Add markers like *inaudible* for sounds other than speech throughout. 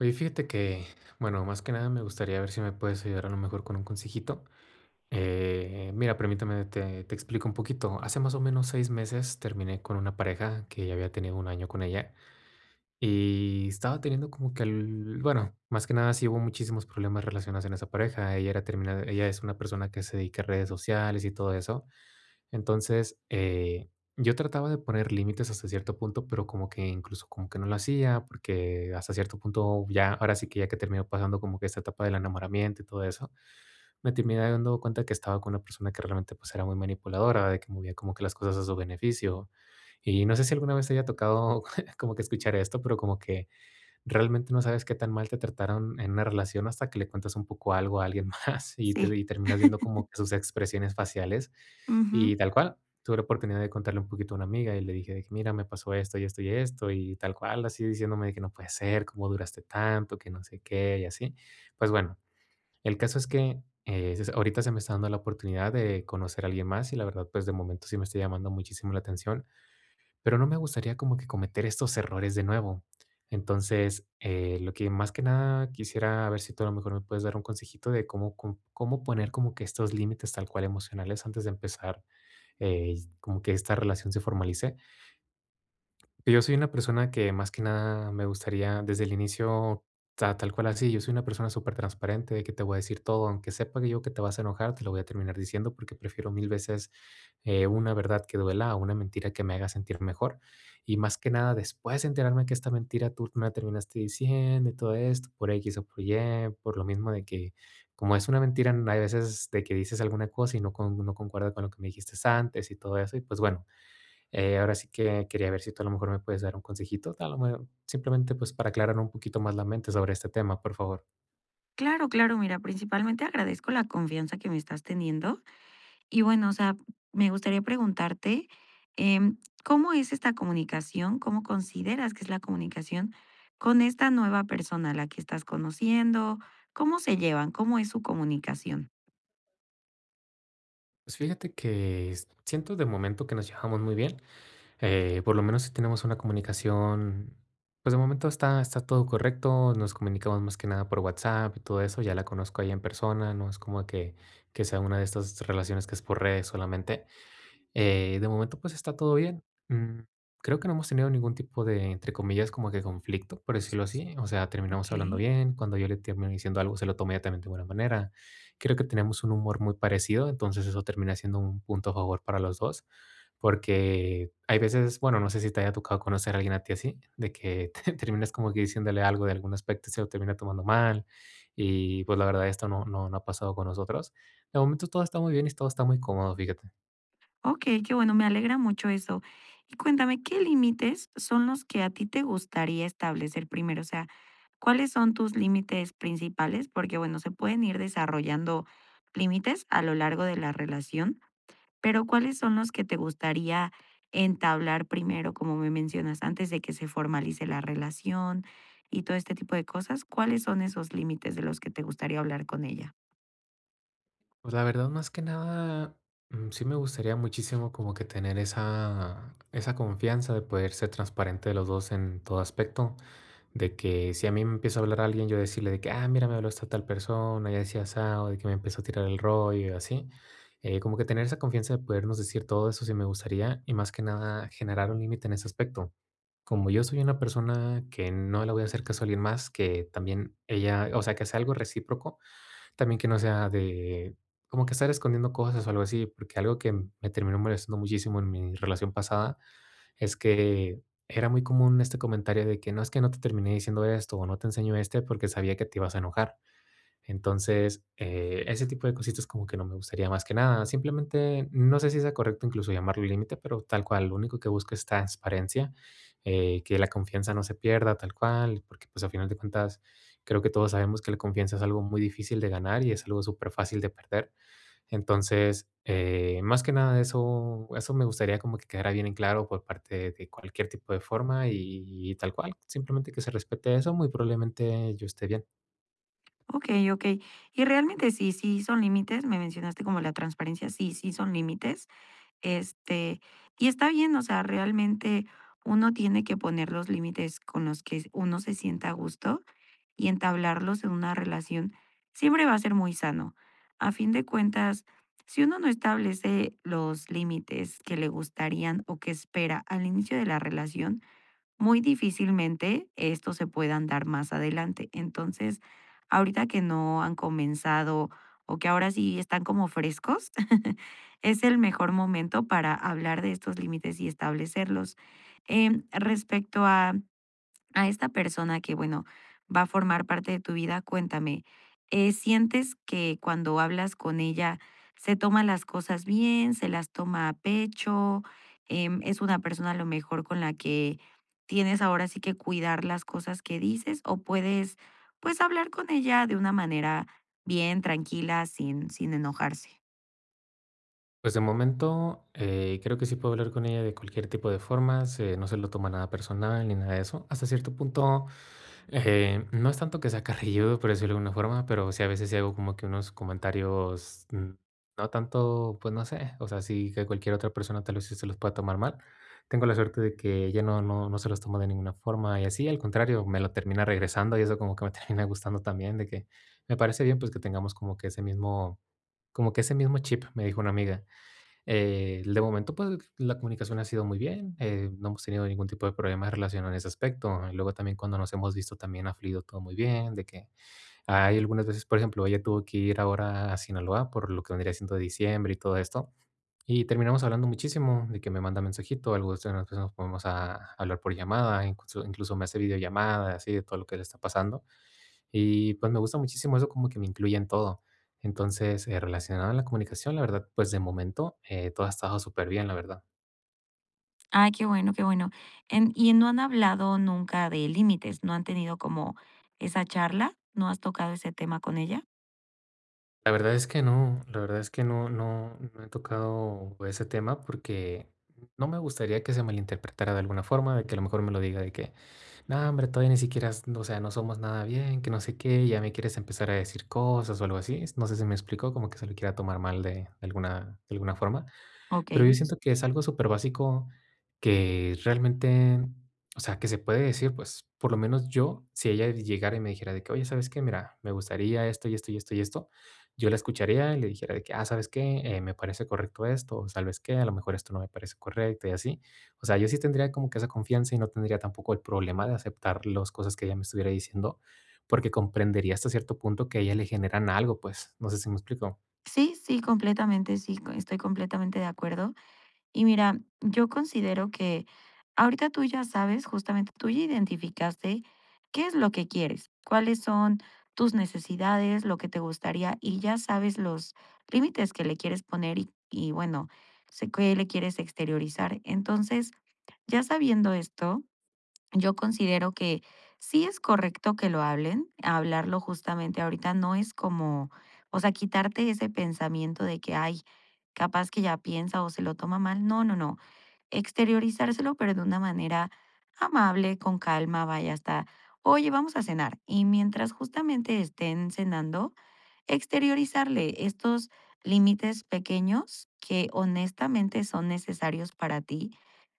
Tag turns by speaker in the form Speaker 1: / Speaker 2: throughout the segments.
Speaker 1: Oye, fíjate que, bueno, más que nada me gustaría ver si me puedes ayudar a lo mejor con un consejito. Mira, permítame, te explico un poquito. Hace más o menos 6 meses terminé con una pareja que ya había tenido un año con ella y estaba teniendo como que, bueno, más que nada sí hubo muchísimos problemas relacionados en esa pareja. Ella era terminada, ella es una persona que se dedica a redes sociales y todo eso. Entonces, yo trataba de poner límites hasta cierto punto, pero como que incluso como que no lo hacía, porque hasta cierto punto ya, ahora sí que ya que terminó pasando como que esta etapa del enamoramiento y todo eso, me terminé dando cuenta que estaba con una persona que realmente pues era muy manipuladora, de que movía como que las cosas a su beneficio. Y no sé si alguna vez te haya tocado *laughs* como que escuchar esto, pero como que realmente no sabes qué tan mal te trataron en una relación hasta que le cuentas un poco algo a alguien *laughs* más y te
Speaker 2: Sí.
Speaker 1: y terminas viendo
Speaker 2: *laughs*
Speaker 1: como que sus expresiones faciales.
Speaker 2: Ujú.
Speaker 1: Y tal cual, tuve la oportunidad de contarle un poquito a una amiga y le dije de que: "Mira, me pasó esto y esto y esto", y tal cual, así diciéndome de que: "No puede ser, cómo duraste tanto, que no sé qué", y así. Pues bueno, el caso es que, s ahorita se me está dando la oportunidad de conocer a alguien más y la verdad, pues, de momento sí me está llamando muchísimo la atención. Pero no me gustaría como que cometer estos errores de nuevo. Entonces, lo que más que nada quisiera a ver si tú a lo mejor me puedes dar un consejito de cómo, cómo poner como que estos límites tal cual emocionales antes de empezar como que esta relación se formalice. Yo soy una persona que más que nada me gustaría desde el inicio, tal cual así, yo soy una persona súper transparente, de que te voy a decir todo, aunque sepa que yo que te vas a enojar, te lo voy a terminar diciendo porque prefiero mil veces una verdad que duela a una mentira que me haga sentir mejor. Y más que nada, después de enterarme que esta mentira tú me la terminaste diciendo y todo esto, por X o por Y, por lo mismo de que como es una mentira, hay veces de que dices alguna cosa y no, no concuerda con lo que me dijiste antes y todo eso, y pues bueno ahora sí que quería ver si tú a lo mejor me puedes dar un consejito, a lo mejor simplemente pues para aclarar un poquito más la mente sobre este tema, por favor.
Speaker 2: Claro, claro, mira, principalmente agradezco la confianza que me estás teniendo. Y bueno, o sea, me gustaría preguntarte, em, ¿cómo es esta comunicación? ¿Cómo consideras que es la comunicación con esta nueva persona a la que estás conociendo? ¿Cómo se llevan? ¿Cómo es su comunicación?
Speaker 1: Pues fíjate que siento de momento que nos llevamos muy bien, por lo menos si tenemos una comunicación, pues de momento está todo correcto, nos comunicamos más que nada por WhatsApp y todo eso, ya la conozco ahí en persona, no es como que sea una de estas relaciones que es por redes solamente. De momento, pues está todo bien. Creo que no hemos tenido ningún tipo de, entre comillas, como que conflicto, por decirlo así. O sea,
Speaker 2: Ok.
Speaker 1: terminamos hablando bien. Cuando yo le termino diciendo algo, se lo tomó ella también de buena manera. Creo que tenemos un humor muy parecido, entonces eso termina siendo un punto a favor para los dos. Porque hay veces, bueno, no sé si te haya tocado conocer a alguien a ti así, de que *laughs* terminas como que diciéndole algo de algún aspecto y se lo termina tomando mal. Y pues la verdad, esto no, no, no ha pasado con nosotros. De momento todo está muy bien y todo está muy cómodo, fíjate.
Speaker 2: Ok, qué bueno, me alegra mucho eso. Y cuéntame, ¿qué límites son los que a ti te gustaría establecer primero? O sea, ¿cuáles son tus límites principales? Porque, bueno, se pueden ir desarrollando límites a lo largo de la relación, pero ¿cuáles son los que te gustaría entablar primero, como me mencionas, antes de que se formalice la relación y todo este tipo de cosas? ¿Cuáles son esos límites de los que te gustaría hablar con ella?
Speaker 1: Pues la verdad, más que nada, sí me gustaría muchísimo como que tener esa confianza de poder ser transparente de los dos en todo aspecto, de que si a mí me empieza a hablar alguien, yo decirle de que, ah, mira, me habló esta tal persona, ya decía asado, de que me empezó a tirar el rollo y así. Como que tener esa confianza de podernos decir todo eso sí me gustaría y más que nada generar un límite en ese aspecto. Como yo soy una persona que no le voy a hacer caso a alguien más, que también ella, o sea, que sea algo recíproco también que no sea de como que estar escondiendo cosas o algo así, porque algo que me terminó molestando muchísimo en mi relación pasada es que era muy común este comentario de que no es que no te terminé diciendo esto o no te enseño este porque sabía que te ibas a enojar. Entonces, ese tipo de cositas como que no me gustaría más que nada. Simplemente, no sé si sea correcto incluso llamarlo límite, pero tal cual, lo único que busco es transparencia, que la confianza no se pierda tal cual, porque pues a final de cuentas creo que todos sabemos que la confianza es algo muy difícil de ganar y es algo súper fácil de perder. Entonces, más que nada eso, eso me gustaría como que quedara bien en claro por parte de cualquier tipo de forma y tal cual, simplemente que se respete eso, muy probablemente yo esté bien.
Speaker 2: Okey, okey. Y realmente sí, sí son límites, me mencionaste como la transparencia, sí, sí son límites, este, y está bien, o sea, realmente uno tiene que poner los límites con los que uno se sienta a gusto y entablarlos en una relación siempre va a ser muy sano. A fin de cuentas, si uno no establece los límites que le gustarían o que espera al inicio de la relación, muy difícilmente estos se puedan dar más adelante. Entonces, ahorita que no han comenzado o que ahora sí están como frescos, *laughs* es el mejor momento para hablar de estos límites y establecerlos. Respecto a esta persona que, bueno, va a formar parte de tu vida, cuéntame, ¿sientes que cuando hablas con ella se toma las cosas bien, se las toma a pecho? ¿Es una persona a lo mejor con la que tienes ahora sí que cuidar las cosas que dices o puedes pues hablar con ella de una manera bien, tranquila, sin, sin enojarse?
Speaker 1: Pues de momento, creo que sí puedo hablar con ella de cualquier tipo de formas, no se lo toma nada personal ni nada de eso. Hasta cierto punto, no es tanto que sea carrilludo, por decirlo de alguna forma, pero sí a veces sí hago como que unos comentarios, no tanto, pues no sé, o sea, sí que cualquier otra persona tal vez sí se los pueda tomar mal. Tengo la suerte de que ella no, no, no se los toma de ninguna forma y así, al contrario, me lo termina regresando y eso como que me *laughs* termina gustando también, de que me parece bien pues que tengamos como que ese mismo, como que ese mismo chip, me dijo una amiga de momento, pues, la comunicación ha sido muy bien, no hemos tenido ningún tipo de problema relacionado en ese aspecto. Y luego también cuando nos hemos visto también ha fluido todo muy bien, de que hay algunas veces, por ejemplo, ella tuvo que ir ahora a Sinaloa por lo que vendría siendo diciembre y todo esto, y terminamos hablando muchísimo, de que me manda mensajito, algo de nos ponemos a hablar por llamada, incluso me hace videollamada, así de todo lo que le está pasando. Y pues me gusta muchísimo eso, como que me incluye en todo. Entonces, relacionado a la comunicación, la verdad, pues de momento todo ha estado súper bien, la verdad.
Speaker 2: Ay, qué bueno, qué bueno. En ¿y no han hablado nunca de límites? ¿No han tenido como esa charla? ¿No has tocado ese tema con ella?
Speaker 1: La verdad es que no, la verdad es que no, no, no he tocado ese tema porque no me gustaría que se malinterpretara de alguna forma, de que a lo mejor me lo diga de que, no, hombre, todavía ni siquiera, o sea, no somos nada bien, que no sé qué, ya me quieres empezar a decir cosas o algo así. No sé si me explicó, como que se lo quiera tomar mal de alguna forma. Pero yo
Speaker 2: Okey.
Speaker 1: siento que es algo súper básico que realmente, o sea, que se puede decir, pues, por lo menos yo, si ella llegara y me dijera de que: "Oye, ¿sabes qué? Mira, me gustaría esto, y esto, y esto, y esto". Yo la escucharía y le dijera de que: "Ah, ¿sabes qué? Me parece correcto esto, o ¿sabes qué? A lo mejor esto no me parece correcto", y así. O sea, yo sí tendría como que esa confianza y no tendría tampoco el problema de aceptar las cosas que ella me estuviera diciendo, porque comprendería hasta cierto punto que a ella le generan algo, pues, no sé si me explico.
Speaker 2: Sí, sí, completamente, sí, co estoy completamente de acuerdo. Y mira, yo considero que ahorita tú ya sabes, justamente, tú ya identificaste qué es lo que quieres, cuáles son tus necesidades, lo que te gustaría, y ya sabes los límites que le quieres poner y bueno, sé que le quieres exteriorizar. Entonces ya sabiendo esto, yo considero que sí es correcto que lo hablen, hablarlo justamente ahorita no es como, o sea, quitarte ese pensamiento de que, ay, capaz que ya piensa o se lo toma mal. No, no, no. Exteriorizárselo, pero de una manera amable, con calma, vaya hasta, oye, vamos a cenar. Y mientras justamente estén cenando, exteriorizarle estos límites pequeños que honestamente son necesarios para ti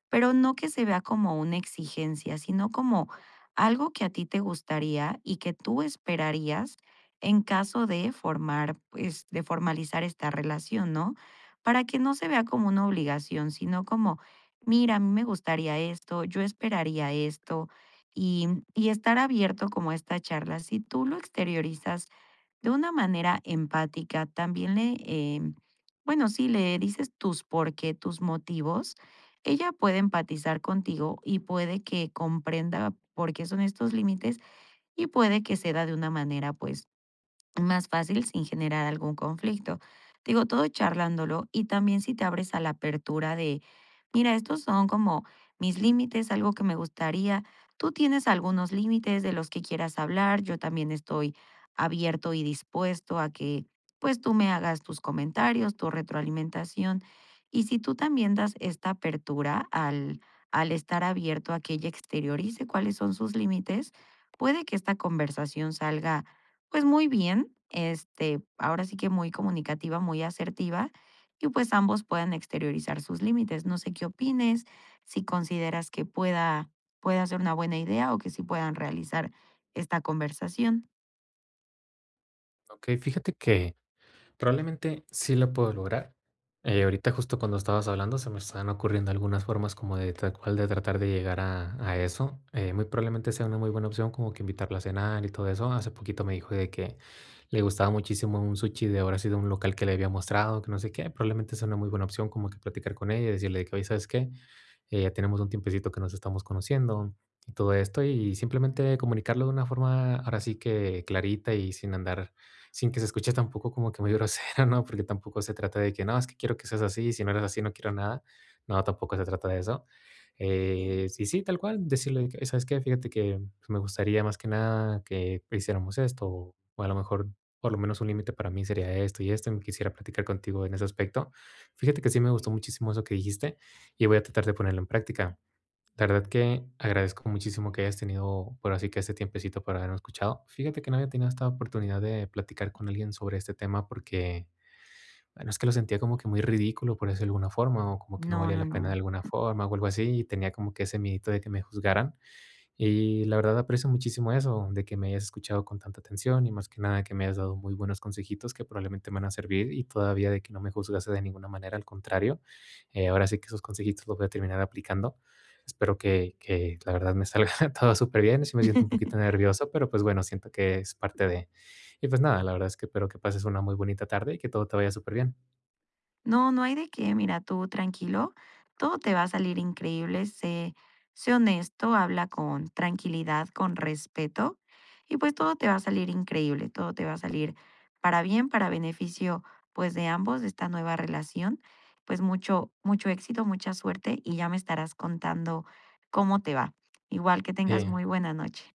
Speaker 2: pero no que se vea como una exigencia, sino como algo que a ti te gustaría y que tú esperarías en caso de formar, pues, de formalizar esta relación, ¿no? Para que no se vea como una obligación, sino como, mira, a mí me gustaría esto, yo esperaría esto, y, y estar abierto como a esta charla. Si tú lo exteriorizas de una manera empática, también le, bueno, sí, le dices tus por qué, tus motivos, ella puede empatizar contigo y puede que comprenda por qué son estos límites y puede que ceda de una manera, pues, más fácil sin generar algún conflicto. Digo, todo charlándolo y también si te abres a la apertura de, mira, estos son como mis límites, algo que me gustaría, tú tienes algunos límites de los que quieras hablar, yo también estoy abierto y dispuesto a que pues tú me hagas tus comentarios, tu retroalimentación. Y si tú también das esta apertura al, al estar abierto a que ella exteriorice cuáles son sus límites, puede que esta conversación salga pues muy bien, este, ahora sí que muy comunicativa, muy asertiva, y pues ambos puedan exteriorizar sus límites. No sé qué opines, si consideras que pueda, pueda ser una buena idea o que sí puedan realizar esta conversación.
Speaker 1: Okey, fíjate que probablemente sí lo puedo lograr. Ahorita justo cuando estabas hablando se me estaban ocurriendo algunas formas como de tal cual de tratar de llegar a eso. Muy probablemente sea una muy buena opción como que invitarla a cenar y todo eso. Hace poquito me dijo de que le gustaba muchísimo un sushi de ahora sí de un local que le había mostrado, que no sé qué. Probablemente sea una muy buena opción como que platicar con ella y decirle de que, oye, ¿sabes qué? Ya tenemos un tiempecito que nos estamos conociendo y todo esto y simplemente comunicarlo de una forma ahora sí que clarita y sin andar sin que se escuche tampoco como que muy *laughs* grosero, ¿no? Porque tampoco se trata de que, no, es que quiero que seas así, y si no eres así no quiero nada. No, tampoco se trata de eso. Sí, sí, tal cual, decirle, que, ¿sabes qué? Fíjate que pues, me gustaría más que nada que hiciéramos esto, o a lo mejor, por lo menos un límite para mí sería esto y esto, y quisiera platicar contigo en ese aspecto. Fíjate que sí me gustó muchísimo eso que dijiste y voy a tratar de ponerlo en práctica. La verdad que agradezco muchísimo que hayas tenido, por así que este tiempecito para haberme escuchado. Fíjate que no había tenido esta oportunidad de platicar con alguien sobre este tema porque, bueno, es que lo sentía como que muy ridículo, por eso de alguna forma, o como que no
Speaker 2: No,
Speaker 1: valía
Speaker 2: no,
Speaker 1: la pena de
Speaker 2: no.
Speaker 1: alguna forma, o algo así, y tenía como que ese miedito de que me juzgaran. Y la verdad aprecio muchísimo eso, de que me hayas escuchado con tanta atención y más que nada que me hayas dado muy buenos consejitos que probablemente me van a servir y todavía de que no me juzgase de ninguna manera, al contrario. Ahora sí que esos consejitos los voy a terminar aplicando. Espero que la verdad me salga *laughs* todo súper bien. Sí me siento un poquito
Speaker 2: *laughs*
Speaker 1: nervioso, pero pues bueno, siento que es parte de... Y pues nada, la verdad es que espero que pases una muy bonita tarde y que todo te vaya súper bien.
Speaker 2: No, no hay de qué, mira, tú tranquilo, todo te va a salir increíble, sé, sé honesto, habla con tranquilidad, con respeto, y pues todo te va a salir increíble, todo te va a salir para bien, para beneficio pues de ambos, de esta nueva relación, pues mucho, mucho éxito, mucha suerte y ya me estarás contando cómo te va. Igual que tengas
Speaker 1: Sí.
Speaker 2: muy buena noche.